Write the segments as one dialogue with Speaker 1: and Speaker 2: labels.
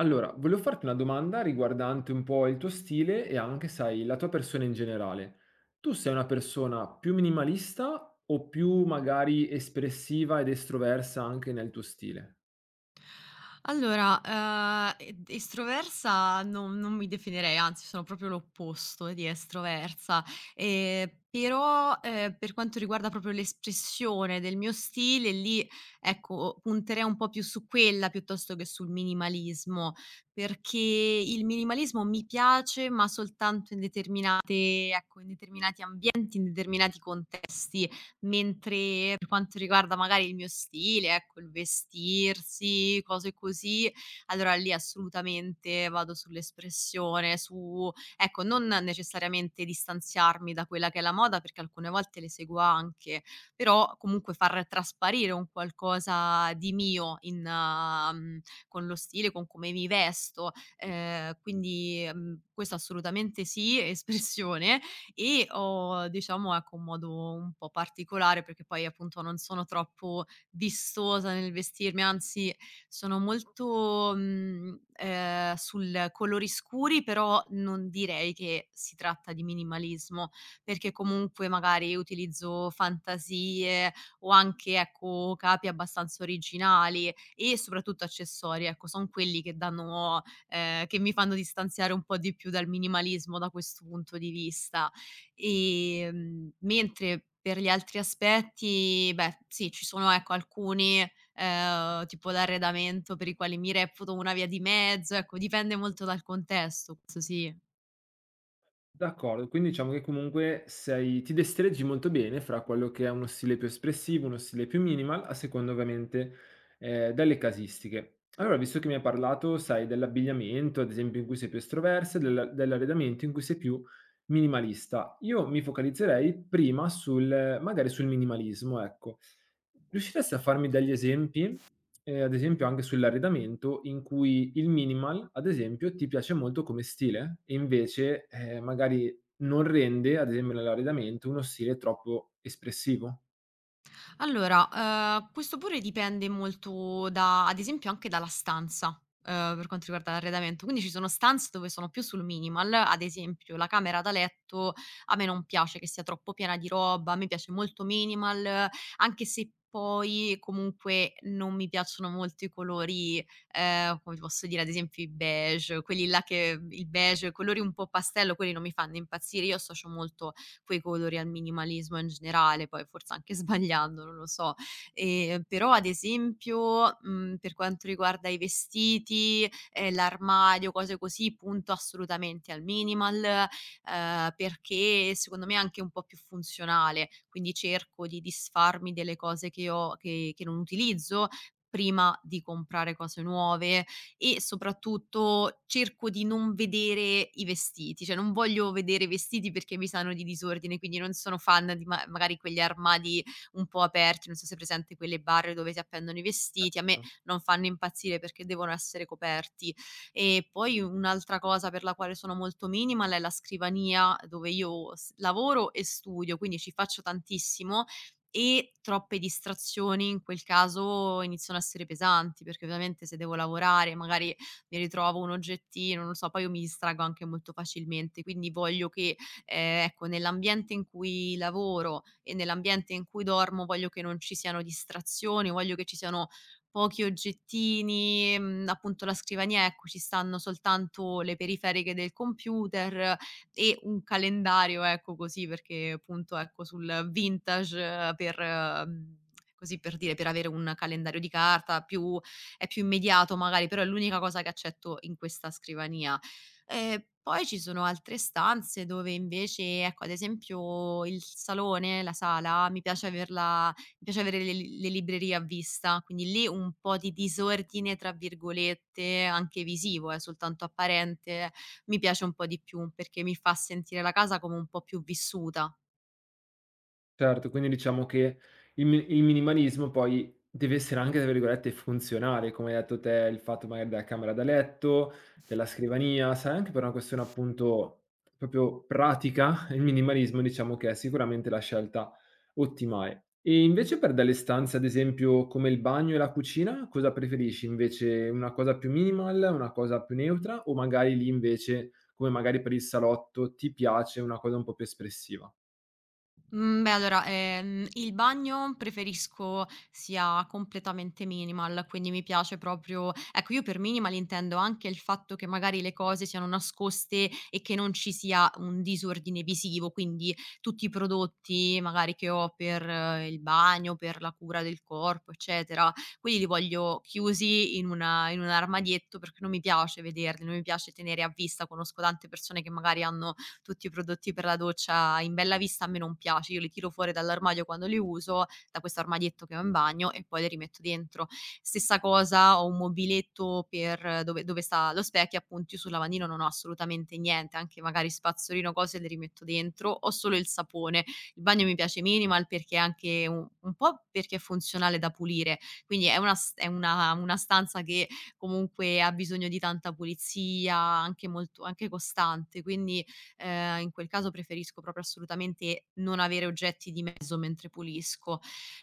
Speaker 1: Allora, volevo farti una domanda riguardante un po' il tuo stile e anche, sai, la tua persona in generale. Tu sei una persona più minimalista o più magari espressiva ed estroversa anche nel tuo stile?
Speaker 2: Allora, ed estroversa non mi definirei, anzi sono proprio l'opposto di estroversa, però, per quanto riguarda proprio l'espressione del mio stile lì, ecco, punterei un po' più su quella piuttosto che sul minimalismo, perché il minimalismo mi piace, ma soltanto in determinate ecco, in determinati ambienti, in determinati contesti. Mentre per quanto riguarda magari il mio stile, ecco, il vestirsi, cose così, allora lì assolutamente vado sull'espressione, su ecco, non necessariamente distanziarmi da quella che è la moda, perché alcune volte le seguo anche, però comunque far trasparire un qualcosa di mio in, con lo stile, con come mi vesto. Quindi, mhmm, questo assolutamente sì, espressione, e ho diciamo ecco un modo un po' particolare perché poi appunto non sono troppo vistosa nel vestirmi, anzi sono molto, mhmm, sul colori scuri, però non direi che si tratta di minimalismo, perché comunque magari utilizzo fantasie o anche ecco capi abbastanza originali e soprattutto accessori, ecco son quelli che danno, che mi fanno distanziare un po' di più dal minimalismo da questo punto di vista. Mentre per gli altri aspetti, beh, sì, ci sono ecco alcuni, tipo l'arredamento per i quali mi reputo una via di mezzo, ecco dipende molto dal contesto, questo sì.
Speaker 1: D'accordo, quindi diciamo che comunque sei ti destreggi molto bene fra quello che è uno stile più espressivo, uno stile più minimal, a seconda ovviamente, delle casistiche. Allora, visto che mi hai parlato, sai, dell'abbigliamento, ad esempio, in cui sei più estroversa, della dell'arredamento in cui sei più minimalista. Io mi focalizzerei prima sul magari sul minimalismo, ecco. Riusciresti a farmi degli esempi? Ad esempio anche sull'arredamento in cui il minimal, ad esempio, ti piace molto come stile e invece, magari non rende, ad esempio nell'arredamento, uno stile troppo espressivo.
Speaker 2: Allora, questo pure dipende molto da ad esempio anche dalla stanza, per quanto riguarda l'arredamento. Quindi ci sono stanze dove sono più sul minimal, ad esempio la camera da letto a me non piace che sia troppo piena di roba, a me piace molto minimal, anche se poi comunque non mi piacciono molto i colori, come ti posso dire, ad esempio i beige, quelli là che il beige, colori un po' pastello, quelli non mi fanno impazzire. Io associo molto quei colori, al minimalismo in generale, poi forse anche sbagliando, non lo so. Però ad esempio, mhmm, per quanto riguarda i vestiti, l'armadio, cose così, punto assolutamente al minimal, perché secondo me è anche un po' più funzionale, quindi cerco di disfarmi delle cose che ho che non utilizzo prima di comprare cose nuove, e soprattutto cerco di non vedere i vestiti, cioè non voglio vedere i vestiti perché mi sanno di disordine, quindi non sono fan di ma magari quegli armadi un po' aperti, non so se è presente quelle barre dove si appendono i vestiti, a me non fanno impazzire perché devono essere coperti. E poi un'altra cosa per la quale sono molto minimal è la scrivania dove io s lavoro e studio, quindi ci faccio tantissimo e troppe distrazioni in quel caso iniziano a essere pesanti, perché ovviamente se devo lavorare magari mi ritrovo un oggettino, non lo so, poi io mi distraggo anche molto facilmente, quindi voglio che, ecco, nell'ambiente in cui lavoro e nell'ambiente in cui dormo voglio che non ci siano distrazioni, voglio che ci siano pochi oggettini, mhmm, appunto la scrivania, ecco, ci stanno soltanto le periferiche del computer, e un calendario, ecco, così perché appunto, ecco, sul vintage per mhmm, così per dire, per avere un calendario di carta più è più immediato magari, però è l'unica cosa che accetto in questa scrivania. Poi ci sono altre stanze dove invece ecco, ad esempio il salone, la sala, mi piace avere le librerie a vista, quindi lì un po' di "disordine" tra virgolette, anche visivo soltanto apparente, mi piace un po' di più, perché mi fa sentire la casa come un po' più vissuta.
Speaker 1: Certo, quindi diciamo che il minimalismo poi deve essere anche, tra virgolette, "funzionale", come hai detto te, il fatto magari della camera da letto, della scrivania, sai, anche per una questione appunto proprio pratica, il minimalismo diciamo che è sicuramente la scelta ottimale. E invece per delle stanze, ad esempio, come il bagno e la cucina, cosa preferisci invece? Una cosa più minimal, una cosa più neutra o magari lì invece, come magari per il salotto, ti piace una cosa un po' più espressiva?
Speaker 2: Mhmm, beh, allora, il bagno preferisco sia completamente minimal, quindi mi piace proprio ecco, io per minimal intendo anche il fatto che magari le cose siano nascoste e che non ci sia un disordine visivo, quindi tutti i prodotti magari che ho per il bagno, per la cura del corpo, eccetera, quelli li voglio chiusi in una in un armadietto perché non mi piace vederli, non mi piace tenere a vista. Conosco tante persone che magari hanno tutti i prodotti per la doccia in bella vista a me non piace, io li tiro fuori dall'armadio quando li uso, da questo armadietto che ho in bagno e poi li rimetto dentro. Stessa cosa, ho un mobiletto per dove sta lo specchio, appunto, io sul lavandino non ho assolutamente niente, anche magari spazzolino, cose le rimetto dentro, ho solo il sapone. Il bagno mi piace minimal perché è anche un po' perché è funzionale da pulire, quindi è una stanza che comunque ha bisogno di tanta pulizia, anche molto anche costante, quindi in quel caso preferisco proprio assolutamente non avere oggetti di mezzo mentre pulisco.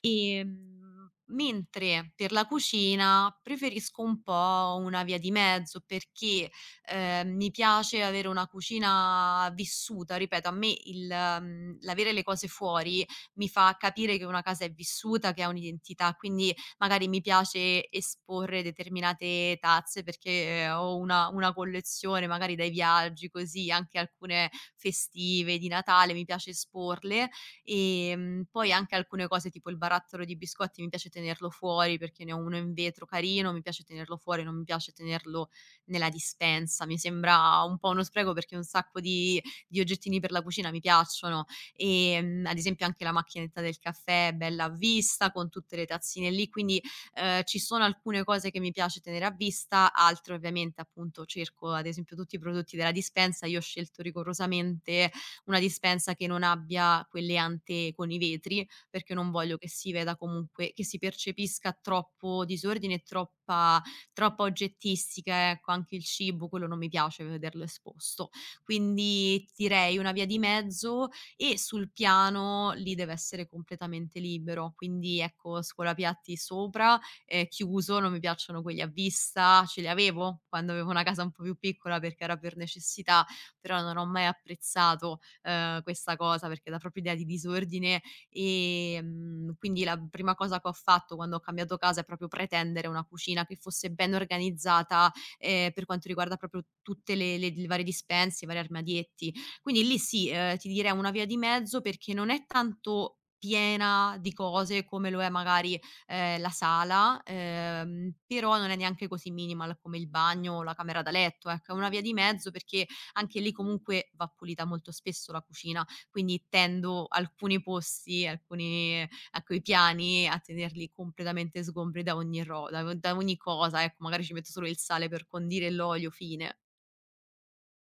Speaker 2: Ehm, Mentre per la cucina preferisco un po' una via di mezzo perché, mi piace avere una cucina vissuta, ripeto a me il mhmm, l'avere le cose fuori mi fa capire che una casa è vissuta, che ha un'identità, quindi magari mi piace esporre determinate tazze perché ho una collezione magari dai viaggi così, anche alcune festive, di Natale, mi piace esporle. Poi anche alcune cose tipo il barattolo di biscotti mi piace tenerlo fuori perché ne ho uno in vetro carino, mi piace tenerlo fuori, non mi piace tenerlo nella dispensa. Mi sembra un po' uno spreco perché un sacco di oggettini per la cucina mi piacciono, ad esempio anche la macchinetta del caffè è bella a vista con tutte le tazzine lì, quindi, ci sono alcune cose che mi piace tenere a vista, altre ovviamente appunto cerco ad esempio tutti i prodotti della dispensa, io ho scelto rigorosamente una dispensa che non abbia quelle ante con i vetri, perché non voglio che si veda comunque che si percepisca troppo disordine e troppa oggettistica, ecco, anche il cibo, quello non mi piace vederlo esposto. Quindi, ti direi una via di mezzo, e sul piano lì deve essere completamente libero. Quindi ecco, scuolapiatti sopra, chiuso, non mi piacciono quelli a vista, ce li avevo quando avevo una casa un po' più piccola perché era per necessità, però non ho mai apprezzato, questa cosa perché dà proprio idea di disordine, quindi la prima cosa che ho fatto quando ho cambiato casa è proprio pretendere una cucina che fosse ben organizzata, per quanto riguarda proprio tutte le varie dispense, i vari armadietti. Quindi lì sì, ti direi una via di mezzo perché non è tanto piena di cose come lo è magari, la sala, però non è neanche così minimal come il bagno o la camera da letto, ecco. È una via di mezzo perché anche lì comunque va pulita molto spesso la cucina, quindi tendo alcuni posti, alcuni ecco, i piani a tenerli completamente sgombri da ogni cosa, ecco. Magari ci metto solo il sale per condire e l'olio, fine.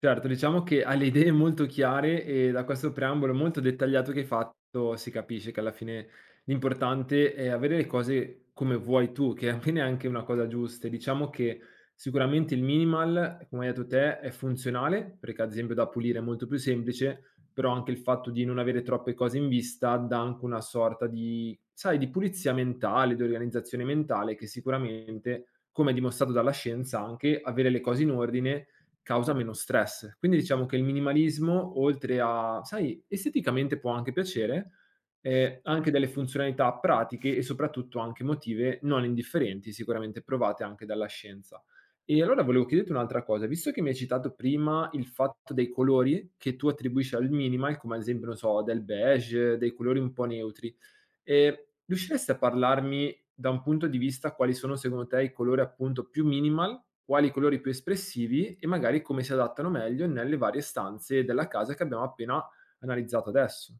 Speaker 1: Certo, diciamo che ha le idee molto chiare e da questo preambolo molto dettagliato che hai fatto si capisce che alla fine l'importante è avere le cose come vuoi tu, che alla fine è anche una cosa giusta. E diciamo che sicuramente il minimal, come hai detto te, è funzionale, perché ad esempio da pulire è molto più semplice, però anche il fatto di non avere troppe cose in vista dà anche una sorta di, sai, di pulizia mentale, di organizzazione mentale che sicuramente, come è dimostrato dalla scienza, anche avere le cose in ordine causa meno stress. Quindi diciamo che il minimalismo, oltre a sai, esteticamente può anche piacere, ha anche delle funzionalità pratiche e soprattutto anche emotive non indifferenti, sicuramente provate anche dalla scienza. E allora volevo chiederti un'altra cosa, visto che mi hai citato prima il fatto dei colori che tu attribuisci al minimal, come ad esempio, non so, del beige, dei colori un po' neutri, Ehm, riusciresti a parlarmi, da un punto di vista, quali sono secondo te i colori appunto più minimal, quali colori più espressivi e magari come si adattano meglio nelle varie stanze della casa che abbiamo appena analizzato adesso?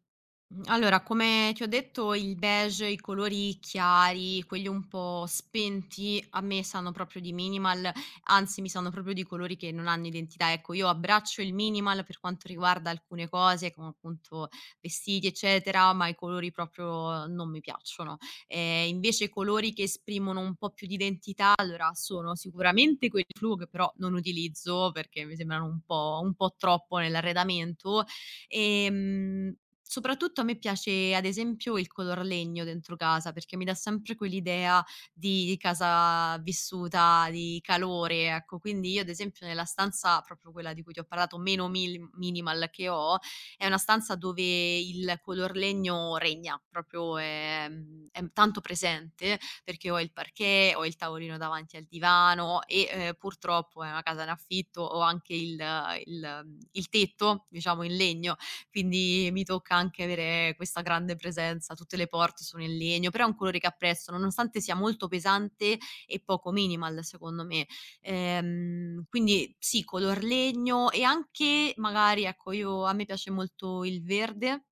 Speaker 2: Mhmm, allora come ti ho detto il beige, i colori chiari, quelli un po' spenti, a me sanno proprio di minimal, anzi mi sanno proprio di colori che non hanno identità. Ecco, io abbraccio il minimal per quanto riguarda alcune cose, come appunto vestiti eccetera, ma i colori proprio non mi piacciono. Invece i colori che esprimono un po' più di identità, allora sono sicuramente quelli flu, che però non utilizzo perché mi sembrano un po' troppo nell'arredamento, ehm. Soprattutto a me piace, ad esempio, il color legno dentro casa, perché mi dà sempre quell'idea di casa vissuta, di calore, ecco. Quindi io, ad esempio, nella stanza, proprio quella di cui ti ho parlato, meno mil minimal che ho, è una stanza dove il color legno regna, proprio è mhmm, è tanto presente, perché ho il parquet, ho il tavolino davanti al divano e, purtroppo è una casa in affitto, ho anche il mhmm, il tetto, diciamo, in legno, quindi mi tocca anche avere questa grande presenza. Tutte le porte sono in legno, però è un colore che apprezzo, nonostante sia molto pesante e poco minimal secondo me. Quindi sì, color legno e anche magari, ecco, io a me piace molto il verde.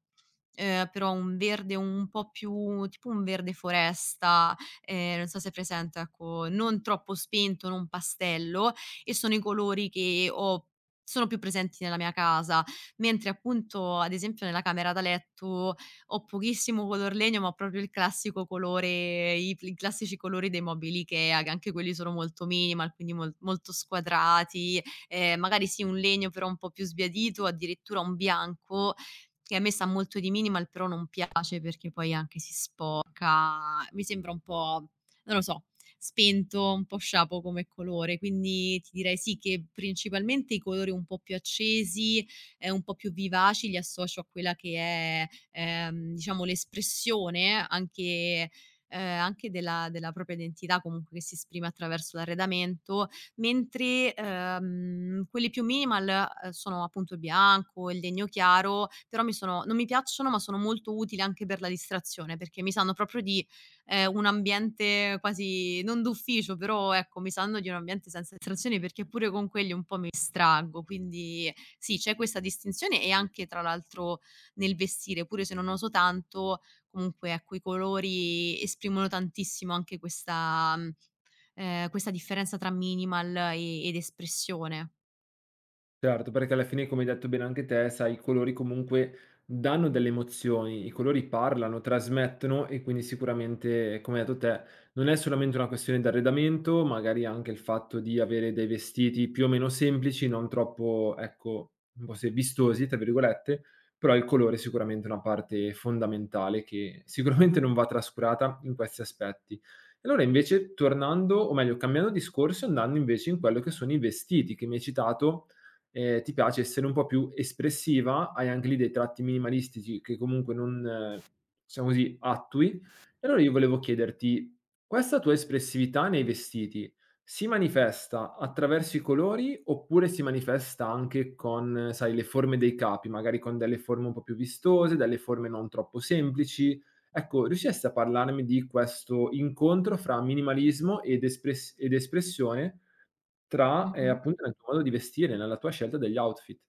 Speaker 2: Però un verde un po' più tipo un verde foresta, non so se è presente, ecco, non troppo spento, non pastello e sono i colori che ho sono più presenti nella mia casa mentre appunto, ad esempio, nella camera da letto ho pochissimo color legno, ma proprio il classico colore i classici colori dei mobili Ikea, che anche quelli sono molto minimal, quindi molto squadrati, magari sì un legno però un po' più sbiadito, addirittura un bianco, che a me sa molto di minimal, però non piace perché poi anche si sporca, mi sembra un po', non lo so, spento, un po' sciapo come colore. Quindi ti direi sì che principalmente i colori un po' più accesi, un po' più vivaci li associo a quella che è, diciamo l'espressione anche anche della propria identità comunque che si esprime attraverso l'arredamento, mentre, quelli più minimal, sono appunto il bianco, il legno chiaro, però mi sono non mi piacciono, ma sono molto utili anche per la distrazione, perché mi sanno proprio di, un ambiente quasi non d'ufficio, però ecco, mi sanno di un ambiente senza distrazioni perché pure con quelli un po' mi distraggo, quindi sì, c'è questa distinzione e anche tra l'altro nel vestire, pure se non oso tanto, comunque ecco i colori esprimono tantissimo anche questa mhmm, questa differenza tra minimal ed espressione.
Speaker 1: Certo, perché alla fine, come hai detto bene anche te, sai, i colori comunque danno delle emozioni, i colori parlano, trasmettono e quindi sicuramente, come hai detto te, non è solamente una questione di arredamento, magari anche il fatto di avere dei vestiti più o meno semplici, non troppo, ecco, un po' se vistosi, tra virgolette, però il colore è sicuramente una parte fondamentale che sicuramente non va trascurata in questi aspetti. Allora invece tornando, o meglio cambiando discorso, andando invece in quello che sono i vestiti che mi hai citato ti piace essere un po' più espressiva, hai anche lì dei tratti minimalistici che comunque non diciamo così, attui. E allora io volevo chiederti: questa tua espressività nei vestiti si manifesta attraverso i colori, oppure si manifesta anche con, sai, le forme dei capi, magari con delle forme un po' più vistose, delle forme non troppo semplici? Ecco, riusciresti a parlarmi di questo incontro fra minimalismo ed espressione, tra,
Speaker 2: Mh-mh.
Speaker 1: appunto nel tuo modo di vestire, nella tua scelta degli outfit.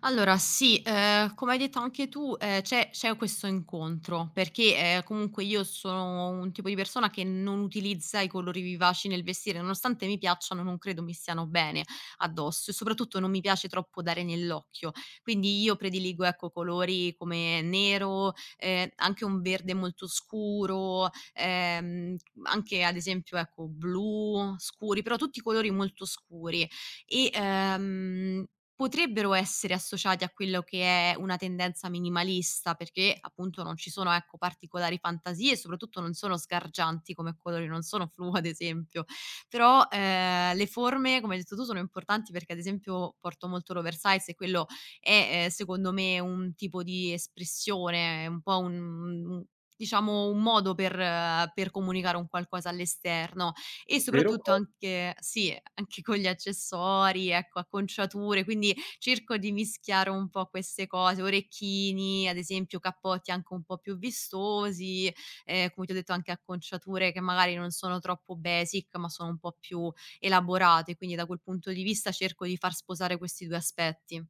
Speaker 2: Allora sì, come hai detto anche tu, c'è questo incontro, perché, comunque io sono un tipo di persona che non utilizza i colori vivaci nel vestire, nonostante mi piacciono, non credo mi stiano bene addosso e soprattutto non mi piace troppo dare nell'occhio. Quindi io prediligo, ecco, colori come nero, anche un verde molto scuro, anche ad esempio, ecco, blu scuri, però tutti colori molto scuri e, ehm. Potrebbero essere associati a quello che è una tendenza minimalista, perché appunto non ci sono, ecco, particolari fantasie e soprattutto non sono sgargianti come colori, non sono flu ad esempio. Però, le forme, come hai detto tu, sono importanti perché ad esempio porto molto l'oversize e quello è, secondo me un tipo di espressione, è un po' un diciamo un modo per comunicare un qualcosa all'esterno. E
Speaker 1: Ovvero
Speaker 2: soprattutto
Speaker 1: co
Speaker 2: anche sì, anche con gli accessori, ecco, acconciature, quindi cerco di mischiare un po' queste cose, orecchini, ad esempio cappotti anche un po' più vistosi, come ti ho detto anche acconciature che magari non sono troppo basic, ma sono un po' più elaborate, quindi da quel punto di vista cerco di far sposare questi 2 aspetti.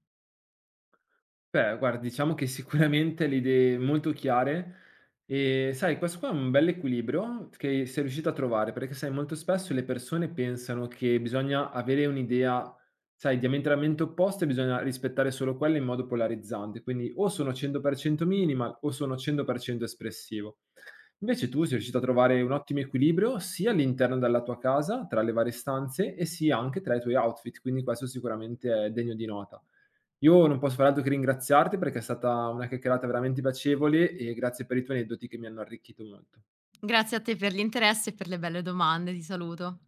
Speaker 1: Beh, guarda, diciamo che sicuramente le idee molto chiare e sai questo qua è un bell'equilibrio che sei riuscita a trovare, perché sai molto spesso le persone pensano che bisogna avere un'idea, sai, diametralmente opposta e bisogna rispettare solo quella in modo polarizzante. Quindi o sono 100% minimal o sono 100% espressivo. Invece tu sei riuscito a trovare un ottimo equilibrio sia all'interno della tua casa, tra le varie stanze, e sia anche tra i tuoi outfit, quindi questo sicuramente è degno di nota. Io non posso far altro che ringraziarti perché è stata una chiacchierata veramente piacevole e grazie per i tuoi aneddoti che mi hanno arricchito molto.
Speaker 2: Grazie a te per l'interesse e per le belle domande, ti saluto.